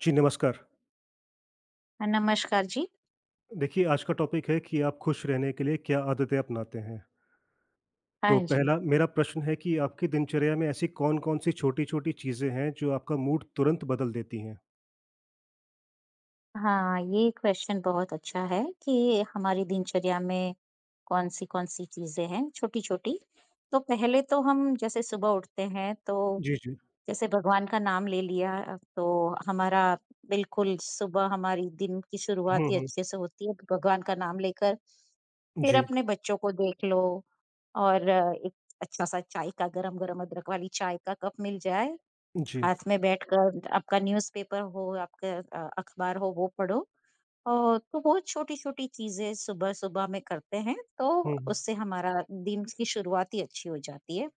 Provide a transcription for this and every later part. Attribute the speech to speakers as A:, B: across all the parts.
A: जी, नमस्कार।
B: नमस्कार जी।
A: देखिए, आज का टॉपिक है कि आप खुश रहने के लिए क्या आदतें अपनाते हैं? तो
B: हाँ जी।
A: पहला मेरा प्रश्न है कि आपकी दिनचर्या में ऐसी कौन-कौन सी छोटी-छोटी चीज़ें हैं जो आपका मूड तुरंत बदल देती हैं?
B: हाँ, ये क्वेश्चन बहुत अच्छा है कि हमारी दिनचर्या में कौन-सी-कौन सी चीज़ें हैं छोटी-छोटी। तो पहले तो हम जैसे सुबह उठते हैं तो
A: जी, जी।
B: जैसे भगवान का नाम ले लिया, तो हमारा बिल्कुल सुबह हमारी दिन की शुरुआत
A: हुँ,
B: ही
A: हुँ।
B: अच्छे से होती है भगवान का नाम लेकर। फिर
A: जी,
B: अपने बच्चों को देख लो और एक अच्छा-सा चाय का गरम-गरम अदरक वाली चाय का कप मिल जाए
A: जी।
B: हाथ में बैठकर आपका न्यूज़पेपर हो, आपका अखबार हो वो पढ़ो। और तो वो छोटी-छोटी चीज़ें सुबह-सुबह में करते हैं, तो
A: हुँ, हुँ।
B: उससे हमारा दिन की शुरुआत ही अच्छी हो जाती है।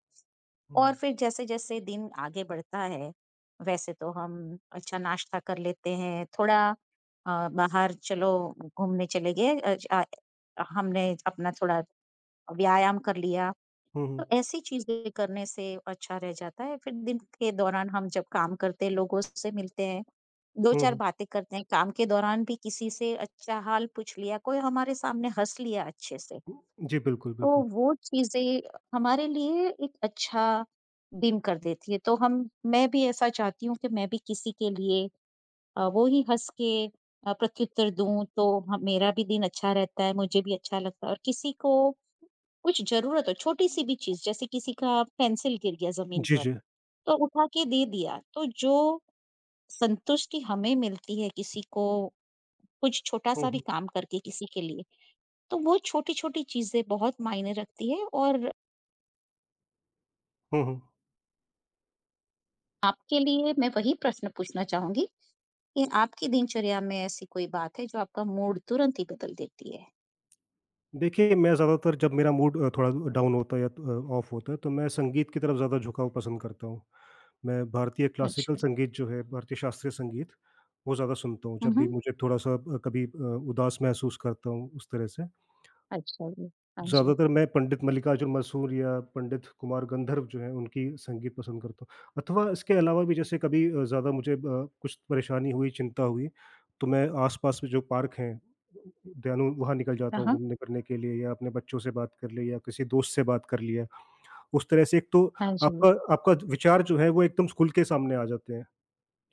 A: हुँ,
B: और
A: हुँ।
B: फिर जैसे-जैसे दिन आगे बढ़ता है, वैसे तो हम अच्छा नाश्ता कर लेते हैं, थोड़ा बाहर चलो घूमने चले गए अ, ज आ हमने अपना थोड़ा व्यायाम कर लिया।
A: हुँ, हुँ।
B: तो ऐसी चीज़ें करने से अच्छा रह जाता है, फिर दिन के दौरान हम जब काम करते हैं, लोगों से मिलते हैं,
A: हुँ,
B: 2-4
A: हुँ।
B: बातें करते हैं, काम के दौरान भी किसी से अच्छा हाल पूछ लिया, कोई हमारे सामने हँस लिया अच्छे से,
A: जी, बिल्कुल,
B: तो
A: बिल्कुल।
B: वो चीज़ें हमारे लिए एक अच्छा दिन कर देती है। तो हम मैं भी ऐसा चाहती हूँ कि मैं भी किसी के लिए वो ही हँस के प्रत्युत्तर दूँ, तो ह मेरा भी दिन अच्छा रहता है, मुझे भी अच्छा लगता है और किसी को कुछ ज़रूरत हो, छोटी-सी भी चीज़ जैसे किसी का पेंसिल गिर गया ज़मीन
A: जी,
B: पर,
A: जी।
B: तो उठा के दे दिया, तो जो संतुष्टि हमें मिलती है किसी को कुछ
A: हुँ,
B: छोटा-सा भी
A: हुँ।
B: काम करके किसी के लिए, तो वो छोटी-छोटी चीज़ें बहुत मायने रखती है। और
A: हुँ, हुँ।
B: आपके लिए मैं वही प्रश्न पूछना चाहूँगी कि आपकी दिनचर्या में ऐसी कोई बात है जो आपका मूड तुरंत ही बदल देती है?
A: देखिए, मैं ज़्यादातर जब मेरा मूड थोड़ा डाउन होता है या तो, ऑफ होता है, तो मैं संगीत की तरफ ज़्यादा झुकाव पसंद करता हूँ। मैं भारतीय क्लासिकल
B: अच्छा।
A: संगीत जो है, भारतीय शास्त्रीय संगीत, वो ज़्यादा सुनता हूँ,
B: हुँ,
A: जब भी
B: हुँ।
A: मुझे थोड़ा-सा अ, कभी अ, उदास महसूस करता हूँ, उस तरह से।
B: अच्छा जी। हाँ जी।
A: ज़्यादातर मैं पंडित मल्लिकार्जुन मसूर या पंडित कुमार गंधर्व जो हैं, उनकी संगीत पसंद करता हूँ अथवा इसके अलावा भी जैसे कभी ज़्यादा मुझे कुछ परेशानी हुई, चिंता हुई, तो मैं आस-पास में जो पार्क हैं, दयानु वहाँ निकल
B: हाँ,
A: जाता हूँ
B: हाँ।
A: घूमने फिरने के लिए या अपने बच्चों से बात कर ली या किसी दोस्त से बात कर लिया। उस तरह से एक तो
B: हाँ जी।
A: आपका आपका विचार जो है वो एकदम खुल के सामने आ जाते हैं।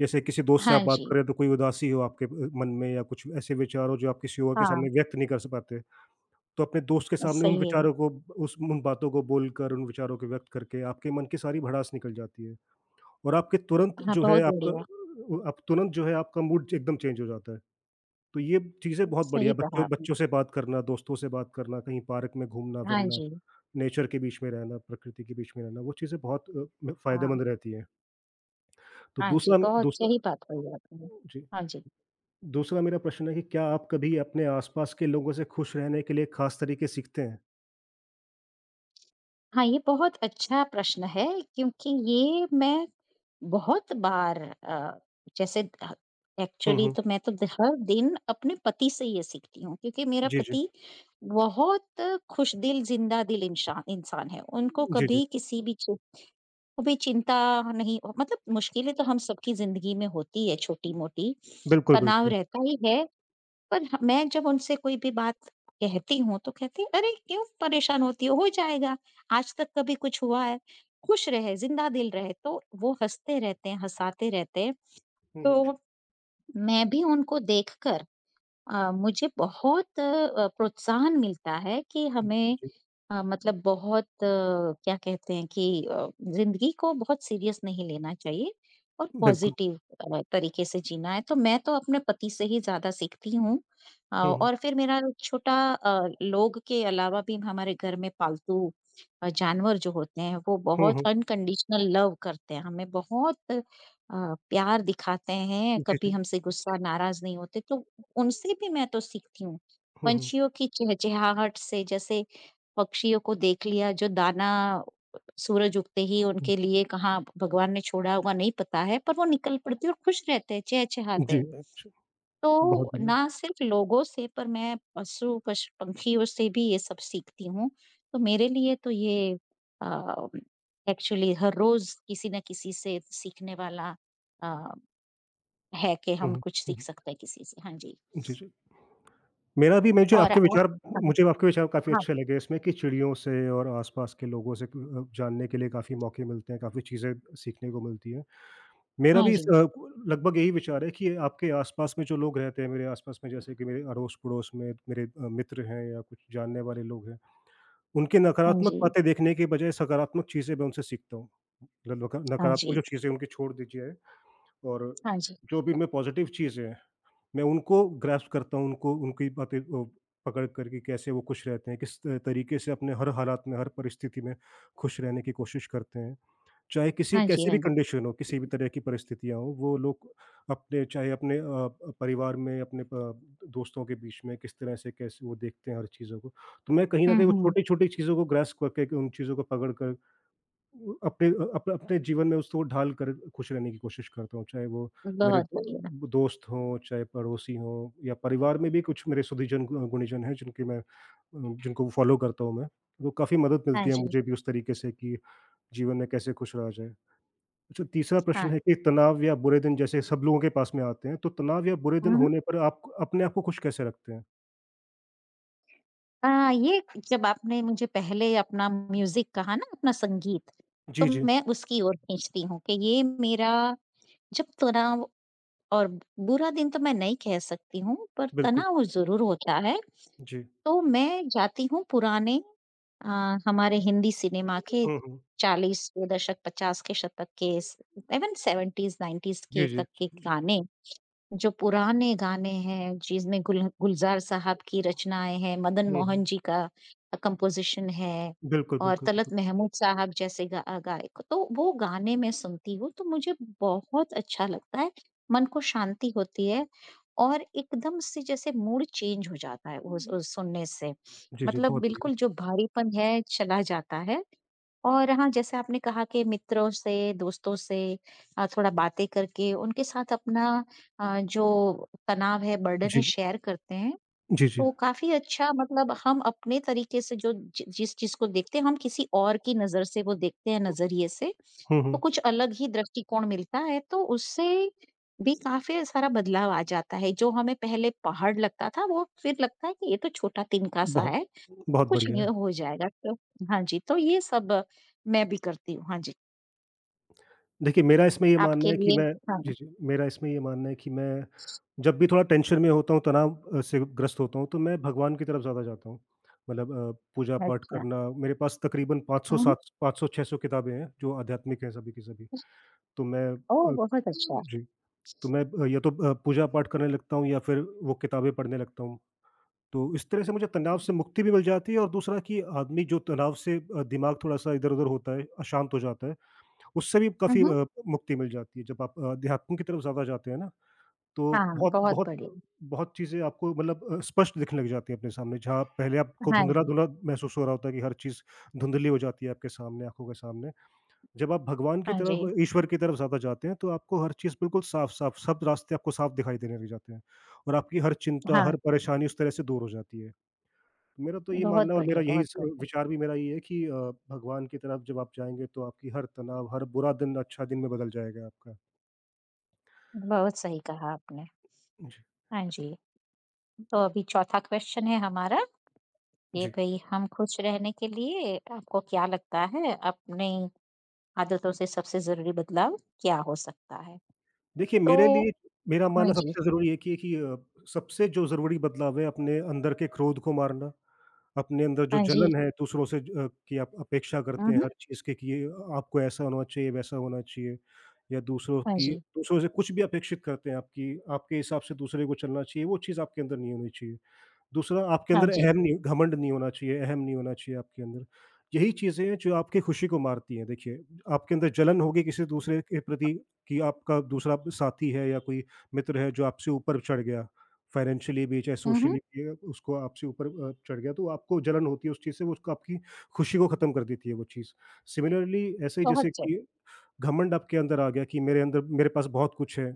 A: जैसे किसी दोस्त से
B: हाँ
A: आप बात
B: जी।
A: कर रहे हैं तो कोई उदासी हो आपके मन में या कुछ ऐसे विचार हो जो आप किसी और के
B: हाँ,
A: सामने व्यक्त नहीं कर स पाते। तो अपने दोस्त के सामने उन
B: सही है।
A: विचारों को उस उन बातों को बोलकर, उन विचारों को व्यक्त करके आपके मन की सारी भड़ास निकल जाती है और आपके तुरंत
B: हाँ,
A: जो है
B: बहुत
A: आपका
B: बढ़िया।
A: अ, आप तुरंत जो है आपका मूड एकदम चेंज हो जाता है। तो ये चीज़ें बहुत बढ़िया
B: सही कहा
A: बच्चों
B: आपने।
A: बच्चों से बात करना, दोस्तों से बात करना, कहीं पार्क में
B: हाँ
A: घूमना-फिरना,
B: जी,
A: नेचर के बीच में रहना, प्रकृति के बीच में रहना, वो चीज़ें बहुत अ, म
B: हाँ,
A: फ़ायदेमंद रहती हैं। तो
B: हाँ जी,
A: दूसरा
B: बहुत
A: दूसरा
B: सही बात कही आपने।
A: जी।
B: हाँ जी।
A: दूसरा मेरा प्रश्न है कि क्या आप कभी अपने आस-पास के लोगों से खुश रहने के लिए ख़ास तरीके सीखते हैं?
B: हाँ, ये बहुत अच्छा प्रश्न है क्योंकि ये मैं बहुत बार अ, जैसे ध
A: हुँ,
B: एक्चुअली
A: हुँ।
B: तो मैं तो द हर दिन अपने पति से ये सीखती हूँ क्योंकि मेरा
A: जी, जी।
B: पति बहुत खुशदिल, ज़िंदा-दिल इंशा इंसान इंसान है। उनको
A: जी, जी।
B: कभी किसी भी चीज़ कभी चिंता नहीं हो- मतलब मुश्किलें तो हम सबकी ज़िंदगी में होती है छोटी-मोटी,
A: बिल्कुल,
B: तनाव
A: बिल्कुल।
B: रहता ही है। पर ह मैं जब उनसे कोई भी बात कहती हूँ, तो कहती हैं, "अरे! क्यों परेशान होती हो? हो जाएगा। आज तक कभी कुछ हुआ है? खुश रहे, ज़िंदा-दिल रहे।" तो वो हँसते रहते हैं, हँसाते रहते हैं।
A: हुँ, हुँ।
B: तो मैं भी उनको देखकर, मुझे बहुत प्रोत्साहन मिलता है कि हमें
A: जी,
B: हाँ, मतलब बहुत क्या कहते हैं कि, ज़िंदगी को बहुत सीरियस नहीं लेना चाहिए और
A: बिल्कुल।
B: पॉज़िटिव तरीके से जीना है, तो मैं तो अपने पति से ही ज़्यादा सीखती हूँ।
A: हुँ, हुँ।
B: और फिर लोग के अलावा भी हमारे घर में पालतू जानवर जो होते हैं, वो
A: हुँ,
B: बहुत
A: हुँ।
B: अनकंडीशनल लव करते हैं, हमें बहुत प्यार दिखाते हैं,
A: जी,
B: कभी
A: जी।
B: हमसे गुस्सा, नाराज़ नहीं होते, तो उनसे भी मैं तो सीखती हूँ।
A: हुँ, हुँ।
B: पंछियों की चहचहाहट से जैसे पक्षियों को देख लिया जो दाना सूरज उगते ही
A: हुँ,
B: उनके लिए कहाँ भगवान ने छोड़ा होगा नहीं पता है, पर वो निकल पड़ते हैं और खुश रहते हैं, चहचहाते
A: जी,
B: हैं।
A: अच्छा, बहुत
B: तो
A: बढ़िया।
B: ना सिर्फ़ लोगों से पर मैं पशु पश पंखियों से भी ये सब सीखती हूँ। तो मेरे लिए तो ये अ, एक्चुअली हर रोज़ किसी न किसी से सीखने वाला अ, है कि
A: हुँ,
B: हम
A: हुँ।
B: कुछ
A: हुँ,
B: सीख
A: हुँ।
B: सकते हैं किसी से। हाँ जी।
A: जी, जी। मेरा भी
B: और आप हाँ,
A: मुझे आपके विचार काफ़ी
B: हाँ,
A: अच्छे लगे इसमें कि चिड़ियों से और आस-पास के लोगों से क जानने के लिए काफ़ी मौके मिलते हैं, काफ़ी चीज़ें सीखने को मिलती हैं। मेरा
B: हाँ
A: भी
B: जी,
A: लगभग यही विचार है कि आपके आस-पास में जो लोग रहते हैं, मेरे आस-पास में जैसे कि मेरे अड़ोस-पड़ोस में मेरे मित्र हैं या कुछ जानने वाले लोग हैं। उनकी
B: हाँ
A: नकारात्मक
B: जी,
A: बातें देखने के बजाय सकारात्मक चीज़ें मैं उनसे सीखता हूँ। मतलब
B: हाँ
A: नकारात्मक
B: जी,
A: जो चीज़ें हैं उनकी छोड़ दीजिए और
B: हाँ जी,
A: जो भी इनमें पॉज़िटिव चीज़ें हैं, मैं उनको ग्रैस्प करता हूँ, उनको उनकी बातें पकड़ कर के कैसे वो खुश रहते हैं, किस त तरीके से अपने हर हालात में, हर परिस्थिति में खुश रहने की कोशिश करते हैं। चाहे किसी
B: हाँ जी,
A: कैसी
B: हाँ
A: भी
B: जी।
A: कंडीशन हो, किसी भी तरह की परिस्थितियाँ हों, वो लोग अपने चाहे अपने अ, परिवार में, अपने प दोस्तों के बीच में किस तरह से कैसे वो देखते हैं हर चीज़ों को। तो मैं कहीं न
B: हुँ,
A: कहीं वो
B: हुँ।
A: छोटी-छोटी चीज़ों को ग्रास्प करके उन चीज़ों को पकड़ कर उ अपने अ, अप अपने जीवन में उसको ढाल कर खुश रहने की कोशिश करता हूँ। चाहे वो मेरे
B: बहुत बढ़िया।
A: दो दोस्त हों, चाहे पड़ोसी हों या परिवार में भी कुछ मेरे सुधीजन गुणीजन हैं जिनको फॉलो करता हूँ मैं। वो काफ़ी मदद
B: हाँ
A: मिलती है
B: जी,
A: मुझे भी उस तरीके से कि जीवन में कैसे खुश रहा जाए। अच्छा, तीसरा प्रश्न है
B: हाँ।
A: कि तनाव या बुरे दिन जैसे सब लोगों के पास में आते हैं, तो तनाव या बुरे दिन
B: हुँ,
A: होने पर आप अपने आप को खुश कैसे रखते हैं?
B: अ, ये जब आपने मुझे पहले अपना म्यूज़िक कहा ना, अपना संगीत, तो
A: जी, जी,
B: मैं उसकी ओर खींचती हूँ कि ये मेरा जब तनाव और बुरा दिन तो मैं नहीं कह सकती हूँ, पर
A: बिल्कुल,
B: तनाव ज़रूर होता है,
A: जी।
B: तो मैं जाती हूँ पुराने अ, हमारे हिंदी सिनेमा के
A: हुँ, हुँ।
B: 40 के दशक, 50 के शतक के स इवन 70s, 90s
A: जी,
B: के तक के
A: जी।
B: गाने जो पुराने गाने हैं, जिसमें गुलज़ार साहब की रचनाएँ हैं, मदन
A: हुँ,
B: मोहन
A: हुँ।
B: जी का कंपोज़िशन है
A: बिल्कुल,
B: और
A: बिल्कुल,
B: तलत
A: बिल्कुल।
B: महमूद साहब जैसे गायक। तो वो गाने मैं सुनती हूँ, तो मुझे बहुत अच्छा लगता है, मन को शांति होती है और एकदम से जैसे मूड चेंज हो जाता है उस सुनने से।
A: जी, जी,
B: मतलब
A: बहुत बढ़िया।
B: बिल्कुल जो भारीपन है, चला जाता है और हाँ, जैसे आपने कहा कि मित्रों से, दोस्तों से थोड़ा बातें करके उनके साथ अपना जो तनाव है, बर्डन है,
A: जी,
B: शेयर करते हैं,
A: जी, जी।
B: तो काफ़ी अच्छा मतलब हम अपने तरीके से जो जि जिस चीज़ को देखते हैं, हम किसी और की नज़र से वो देखते हैं, नज़रिए से,
A: हुँ,
B: तो
A: हुँ।
B: कुछ अलग ही दृष्टिकोण मिलता है, तो उससे भी काफ़ी सारा बदलाव आ जाता है। जो हमें पहले पहाड़ लगता था, वो फिर लगता है कि ये तो छोटा तिनका सा
A: बहुत
B: है।
A: बहुत
B: कुछ नहीं
A: बढ़िया।
B: हो जाएगा। तो हाँ जी, तो ये सब मैं भी करती हूँ, हाँ जी।
A: देखिए, मेरा इसमें ये मानना
B: आपके
A: है कि
B: लिए
A: मैं
B: हाँ,
A: जी, जी। मेरा इसमें ये मानना है कि मैं जब भी थोड़ा टेंशन में होता हूँ, तनाव से ग्रस्त होता हूँ, तो मैं भगवान की तरफ ज़्यादा जाता हूँ। मतलब पूजा-पाठ
B: अच्छा।
A: करना मेरे पास तकरीबन 500
B: हुँ, हुँ।
A: सात 500-600 किताबें हैं, जो आध्यात्मिक हैं सभी की सभी। तो
B: ओह!
A: अ,
B: बहुत अच्छा।
A: जी, तो मैं या तो पूजा-पाठ करने लगता हूँ या फिर वो किताबें पढ़ने लगता हूँ। तो इस तरह से मुझे तनाव से मुक्ति भी मिल जाती है और दूसरा कि आदमी जो तनाव से दिमाग थोड़ा-सा इधर-उधर होता है, अशांत हो जाता है। उससे भी
B: हुँ,
A: काफ़ी
B: हुँ।
A: मुक्ति मिल जाती है। जब आप अध्यात्म की तरफ ज़्यादा जाते हैं ना, तो
B: हाँ,
A: बहुत
B: बहुत
A: बहुत
B: बढ़िया।
A: बहुत चीज़ें आपको मतलब स्पष्ट दिखने लग जाती हैं अपने सामने, जहाँ पहले आपको
B: हाँ जी,
A: धुंधला-धुंधला महसूस हो रहा होता है कि हर चीज़ धुंधली हो जाती है आपके सामने, आँखों के सामने। जब आप भगवान की
B: हाँ
A: तरफ,
B: जी,
A: ईश्वर की तरफ ज़्यादा जाते हैं, तो आपको हर चीज़ बिल्कुल साफ-साफ, सब रास्ते आपको साफ दिखाई देने लग जाते हैं और आपकी हर चिंता,
B: हाँ
A: हर
B: जी।
A: परेशानी उस तरह से दूर हो जाती है। मेरा तो ये
B: बहुत
A: मानना है और मेरा
B: बढ़िया,
A: यही
B: बहुत
A: स
B: बढ़िया।
A: विचार भी मेरा ये है कि भगवान की तरफ जब आप जाएँगे तो आपकी हर तनाव, हर बुरा दिन अच्छा दिन में बदल जाएगा आपका।
B: बहुत सही कहा आपने।
A: जी।
B: हाँ जी, तो अभी चौथा क्वेश्चन है हमारा कि
A: जी।
B: भई हम खुश रहने के लिए आपको क्या लगता है अपनी आदतों से सबसे ज़रूरी बदलाव क्या हो सकता है?
A: देखिए
B: तो
A: मेरे लिए मेरा
B: हाँ
A: मानना
B: जी,
A: सबसे ज़रूरी ये कि है कि सबसे जो ज़रूरी बदलाव है अपने अंदर के क्रोध को मारना, अपने अंदर जो
B: हाँ जी।
A: जलन है दूसरों से ज की आप अपेक्षा
B: हुँ,
A: करते हैं
B: हुँ।
A: हर चीज़ के कि ये आपको ऐसा होना चाहिए, वैसा होना चाहिए या
B: हाँ जी,
A: दूसरों से कुछ भी अपेक्षित करते हैं आपकी आपके हिसाब से दूसरे को चलना चाहिए, वो चीज़ आपके अंदर नहीं होनी चाहिए। दूसरा आपके
B: हाँ
A: अंदर
B: जी।
A: अहम नहीं घमंड नहीं होना चाहिए, अहम नहीं होना चाहिए आपके अंदर। यही चीज़ें हैं जो आपकी खुशी को मारती हैं। देखिए, आपके अंदर जलन होगी किसी दूसरे के प्रति कि आपका दूसरा साथी है या कोई मित्र है जो आपसे ऊपर चढ़ गया, फाइनेंशियली भी चाहे
B: हुँ, हुँ,
A: सोशली भी उसको आपसे ऊपर चढ़ गया तो आपको जलन होती है उस चीज़ से वो उसको आपकी खुशी को ख़त्म कर देती है वो चीज़। सिमिलरली ऐसे ही
B: बहुत
A: जैसे
B: जल्द।
A: कि घमंड आपके अंदर आ गया कि मेरे पास बहुत कुछ है।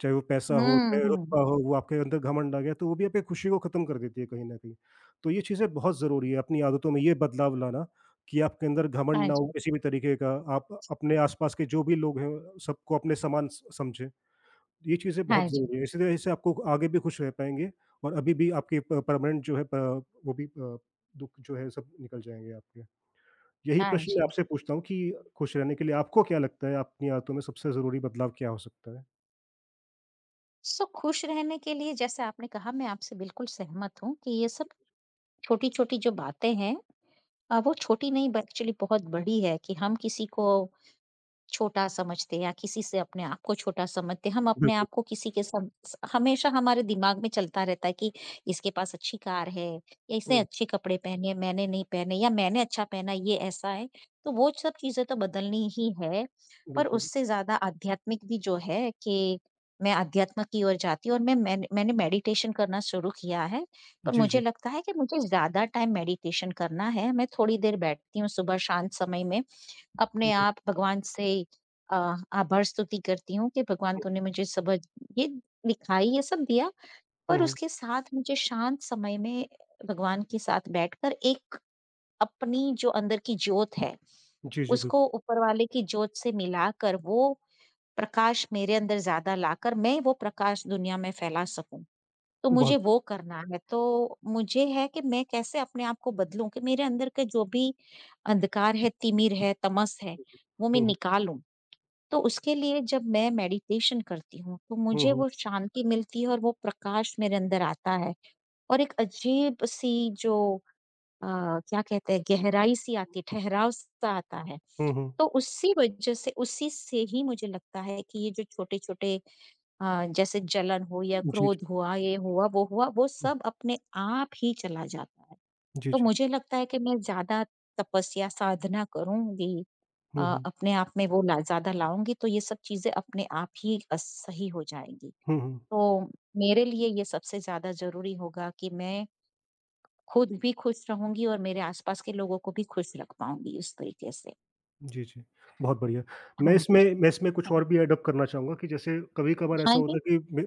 A: चाहे वो पैसा हो,
B: हुँ,
A: चाहे
B: हुँ।
A: रुतबा हो, वो आपके अंदर घमंड आ गया, तो वो भी आपकी खुशी को ख़त्म कर देती है कहीं न कहीं। तो ये चीज़ें बहुत ज़रूरी है अपनी आदतों में ये बदलाव लाना कि आपके अंदर घमंड
B: हाँ
A: ना हो
B: जी,
A: किसी भी तरीके का, आप अपने आस-पास के जो भी लोग हैं, सबको अपने समान स समझें। ये चीज़ें
B: हाँ
A: बहुत
B: जी,
A: ज़रूरी है, इसी वजह से आपको आगे भी खुश रह पाएँगे और अभी भी आपके प परमानेंट जो है प वो भी दुःख जो है सब निकल जाएँगे आपके। यही
B: हाँ
A: प्रश्न मैं
B: जी।
A: आपसे पूछता हूँ कि खुश रहने के लिए आपको क्या लगता है, अपनी आदतों में सबसे ज़रूरी बदलाव क्या हो सकता है?
B: सो खुश रहने के लिए जैसे आपने कहा मैं आपसे बिल्कुल सहमत हूँ कि ये सब छोटी-छोटी जो बातें हैं, वो छोटी नहीं ब एक्चुअली बहुत बड़ी है कि हम किसी को छोटा समझते या किसी से अपने आप को छोटा समझते, हम अपने आप
A: बिल्कुल।
B: को किसी के सम स हमेशा हमारे दिमाग में चलता रहता है कि इसके पास अच्छी कार है या इसने
A: हुँ,
B: अच्छे कपड़े पहने, मैंने नहीं पहने या मैंने अच्छा पहना, ये ऐसा है। तो वो सब चीज़ें तो बदलनी ही है, पर
A: बिल्कुल।
B: उससे ज़्यादा आध्यात्मिक भी जो है कि मैं अध्यात्म की ओर जाती हूँ और मैंने मेडिटेशन करना शुरू किया है, पर
A: जी,
B: मुझे
A: जी।
B: लगता है कि मुझे ज़्यादा टाइम मेडिटेशन करना है। मैं थोड़ी देर बैठती हूँ सुबह शांत समय में। अपने
A: हुँ, हुँ,
B: आप भगवान से अ, आभार स्तुति करती हूँ कि भगवान तूने मुझे समझ ये लिखाई ये सब दिया।
A: हुँ,
B: पर
A: हुँ, हुँ।
B: उसके साथ मुझे शांत समय में भगवान के साथ बैठकर एक अपनी जो अंदर की ज्योत है,
A: जी, जी, बिल्कुल।
B: उसको ऊपर वाले की ज्योत से मिलाकर वो प्रकाश मेरे अंदर ज़्यादा लाकर मैं वो प्रकाश दुनिया में फैला सकूँ। तो मुझे
A: बहुत बढ़िया।
B: वो करना है। तो मुझे है कि मैं कैसे अपने आप को बदलूँ कि मेरे अंदर का जो भी अंधकार है, तिमिर है, तमस है,
A: जी, जी।
B: वो मैं
A: हुँ, हुँ,
B: निकालूँ। तो उसके लिए जब मैं मेडिटेशन करती हूँ, तो
A: हुँ,
B: मुझे
A: हुँ,
B: वो शांति मिलती है और वो प्रकाश मेरे अंदर आता है और एक अजीब-सी जो क्या कहते हैं गहराई सी आती है, ठहराव सा आता है।
A: हुँ, हुँ।
B: तो उसी वज़ह से उसी से ही मुझे लगता है कि ये जो छोटे-छोटे जैसे जलन हो या
A: जी, जी।
B: क्रोध हुआ, ये हुआ, वो सब अपने आप ही चला जाता है।
A: जी,
B: तो
A: जी।
B: मुझे लगता है कि मैं ज़्यादा तपस्या, साधना करूँगी,
A: हुँ, हुँ,
B: अपने आप में वो ला ज़्यादा लाऊँगी तो ये सब चीज़ें अपने आप ही सही हो जाएँगी।
A: हुँ, हुँ।
B: तो मेरे लिए ये सबसे ज़्यादा ज़रूरी होगा कि मैं खुद भी खुश रहूँगी और मेरे आस-पास के लोगों को भी खुश रख पाऊँगी उस तरीके से।
A: जी, जी। बहुत बढ़िया।
B: हाँ जी।
A: मैं इसमें कुछ
B: हाँ, जी
A: और भी ऐड अप करना चाहूँगा कि जैसे कभी-कभार
B: हाँ
A: ऐसा होता
B: जी।
A: है कि मे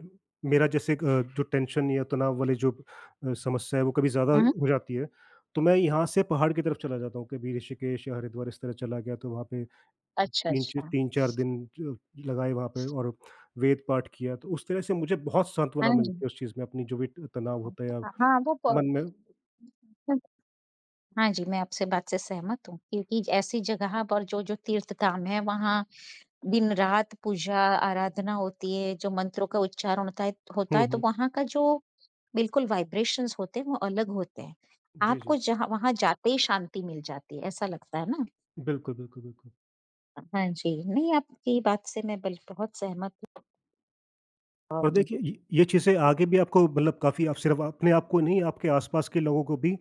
A: मेरा जैसे जो टेंशन या तनाव वाली जो समस्या है वो कभी ज़्यादा
B: हुँ, हुँ।
A: हो जाती है, तो मैं यहाँ से पहाड़ की तरफ चला जाता हूँ, कभी ऋषिकेश या हरिद्वार इस तरह चला गया तो वहाँ पे
B: अच्छा,
A: तीन च
B: अच्छा।
A: 3-4 दिन ज लगाए वहाँ पे और वेद पाठ किया, तो उस तरह से मुझे बहुत
B: हाँ
A: सांत्वना मिलती
B: जी।
A: है उस चीज़ में, अपनी जो भी ट तनाव होता है या
B: हाँ, हाँ, वो प
A: मन में
B: हाँ जी, मैं आपसे बात से सहमत हूँ क्योंकि ऐसी जगह पर जो-जो तीर्थ धाम है वहाँ दिन-रात पूजा, आराधना होती है, जो मंत्रों का उच्चारण होता
A: हुँ,
B: है तो
A: हुँ।
B: वहाँ का जो बिल्कुल वाइब्रेशंस होते हैं वो अलग होते हैं।
A: जी, जी।
B: आपको जहाँ वहाँ जाते ही शांति मिल जाती है, ऐसा लगता है ना?
A: बिल्कुल, बिल्कुल, बिल्कुल।
B: हाँ जी, नहीं आपकी बात से मैं बिल बहुत सहमत हूँ।
A: और
B: अम,
A: देखिए, ये चीज़ें आगे भी आपको मतलब काफ़ी आप सिर्फ़ अपने आप को नहीं, आपके आस-पास के लोगों को भी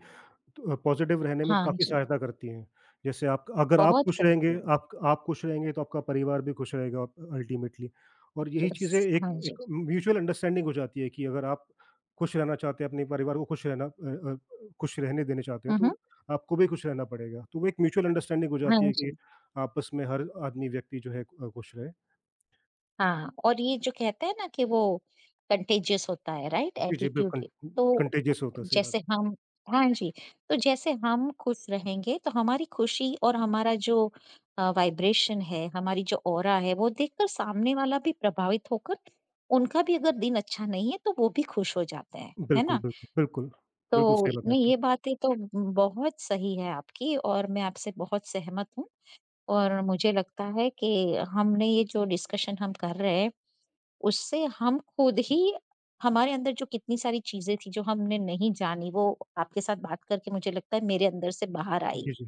A: तो पॉज़िटिव रहने में
B: हाँ
A: काफ़ी
B: जी,
A: सहायता करती हैं। जैसे आप अगर आप
B: बहुत
A: खुश
B: करती
A: रहेंगे
B: है
A: आप खुश रहेंगे तो आपका परिवार भी खुश रहेगा अल्टीमेटली और यही चीज़ें
B: यस,
A: एक
B: हाँ जी।
A: एक म्यूचुअल अंडरस्टैंडिंग हो जाती है कि अगर आप खुश रहना चाहते हैं अपने परिवार को खुश रहना अ अ, खुश रहने देना चाहते हैं
B: हुँ, हुँ,
A: तो आपको भी खुश रहना पड़ेगा। तो वो एक म्यूचुअल अंडरस्टैंडिंग हो
B: हाँ
A: जाती है कि
B: जी,
A: आपस में हर आदमी व्यक्ति जो है खुश रहे।
B: हाँ और ये जो कहते हैं ना कि वो कंटेजियस होता है राइट
A: जी, जी,
B: एटीट्यूड।
A: बिल्कुल कं
B: तो
A: कंटेजियस होता है, सही बात
B: जैसे हम हाँ जी, तो जैसे हम खुश रहेंगे तो हमारी खुशी और हमारा जो वाइब्रेशन है, हमारी जो ऑरा है वो देखकर सामने वाला भी प्रभावित होकर उनका भी अगर दिन अच्छा नहीं है तो वो भी खुश हो जाते हैं,
A: है।
B: है
A: बिल्कुल,
B: ना?
A: बिल्कुल, बिल्कुल।
B: तो
A: बिल्कुल सही बात है
B: नहीं
A: आपकी।
B: ये बातें तो बहुत सही है आपकी और मैं आपसे बहुत सहमत हूँ और मुझे लगता है कि हमने ये जो डिस्कशन हम कर रहे हैं उससे हम खुद ही हमारे अंदर जो कितनी सारी चीजें थी जो हमने नहीं जानी वो आपके साथ बात करके मुझे लगता है मेरे अंदर से बाहर आई।
A: जी, जी।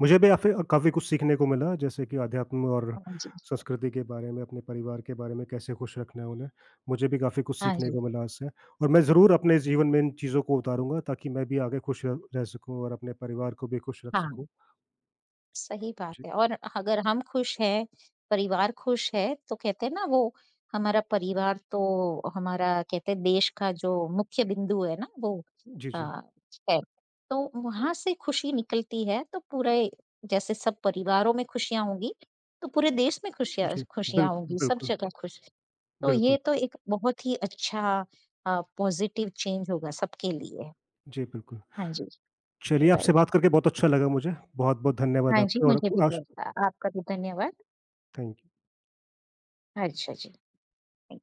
A: मुझे भी काफ़ी काफ़ी कुछ सीखने को मिला जैसे कि अध्यात्म और
B: हाँ जी।
A: संस्कृति के बारे में, अपने परिवार के बारे में कैसे खुश रखना है उन्हें। मुझे भी काफ़ी कुछ
B: हाँ
A: सीखने
B: जी।
A: को मिला इससे और मैं ज़रूर अपने जीवन में इन चीज़ों को उतारूँगा ताकि मैं भी आगे खुश रह रह सकूँ और अपने परिवार को भी खुश रख
B: हाँ,
A: सकूँ।
B: सही बात
A: जी।
B: है। और अगर हम खुश हैं, परिवार खुश है, तो कहते हैं ना वो हमारा परिवार तो हमारा कहते हैं देश का जो मुख्य बिंदु है ना वो
A: जी, जी।
B: अ, है। तो वहाँ से खुशी निकलती है तो पूरे जैसे सब परिवारों में खुशियाँ होंगी, तो पूरे देश में खुशियाँ
A: जी,
B: खुशियाँ
A: बिल्कुल,
B: होंगी, सब
A: बिल्कुल,
B: जगह खुश। तो ये
A: बिल्कुल।
B: तो एक बहुत ही अच्छा पॉज़िटिव चेंज होगा सबके लिए।
A: जी, बिल्कुल।
B: हाँ जी,
A: चलिए आपसे
B: राइट।
A: बात करके बहुत अच्छा लगा मुझे। बहुत-बहुत धन्यवाद
B: हाँ जी,
A: आपका और
B: मुझे भी
A: आश
B: बहुत आपका भी धन्यवाद।
A: Thank you.
B: अच्छा जी, थैंक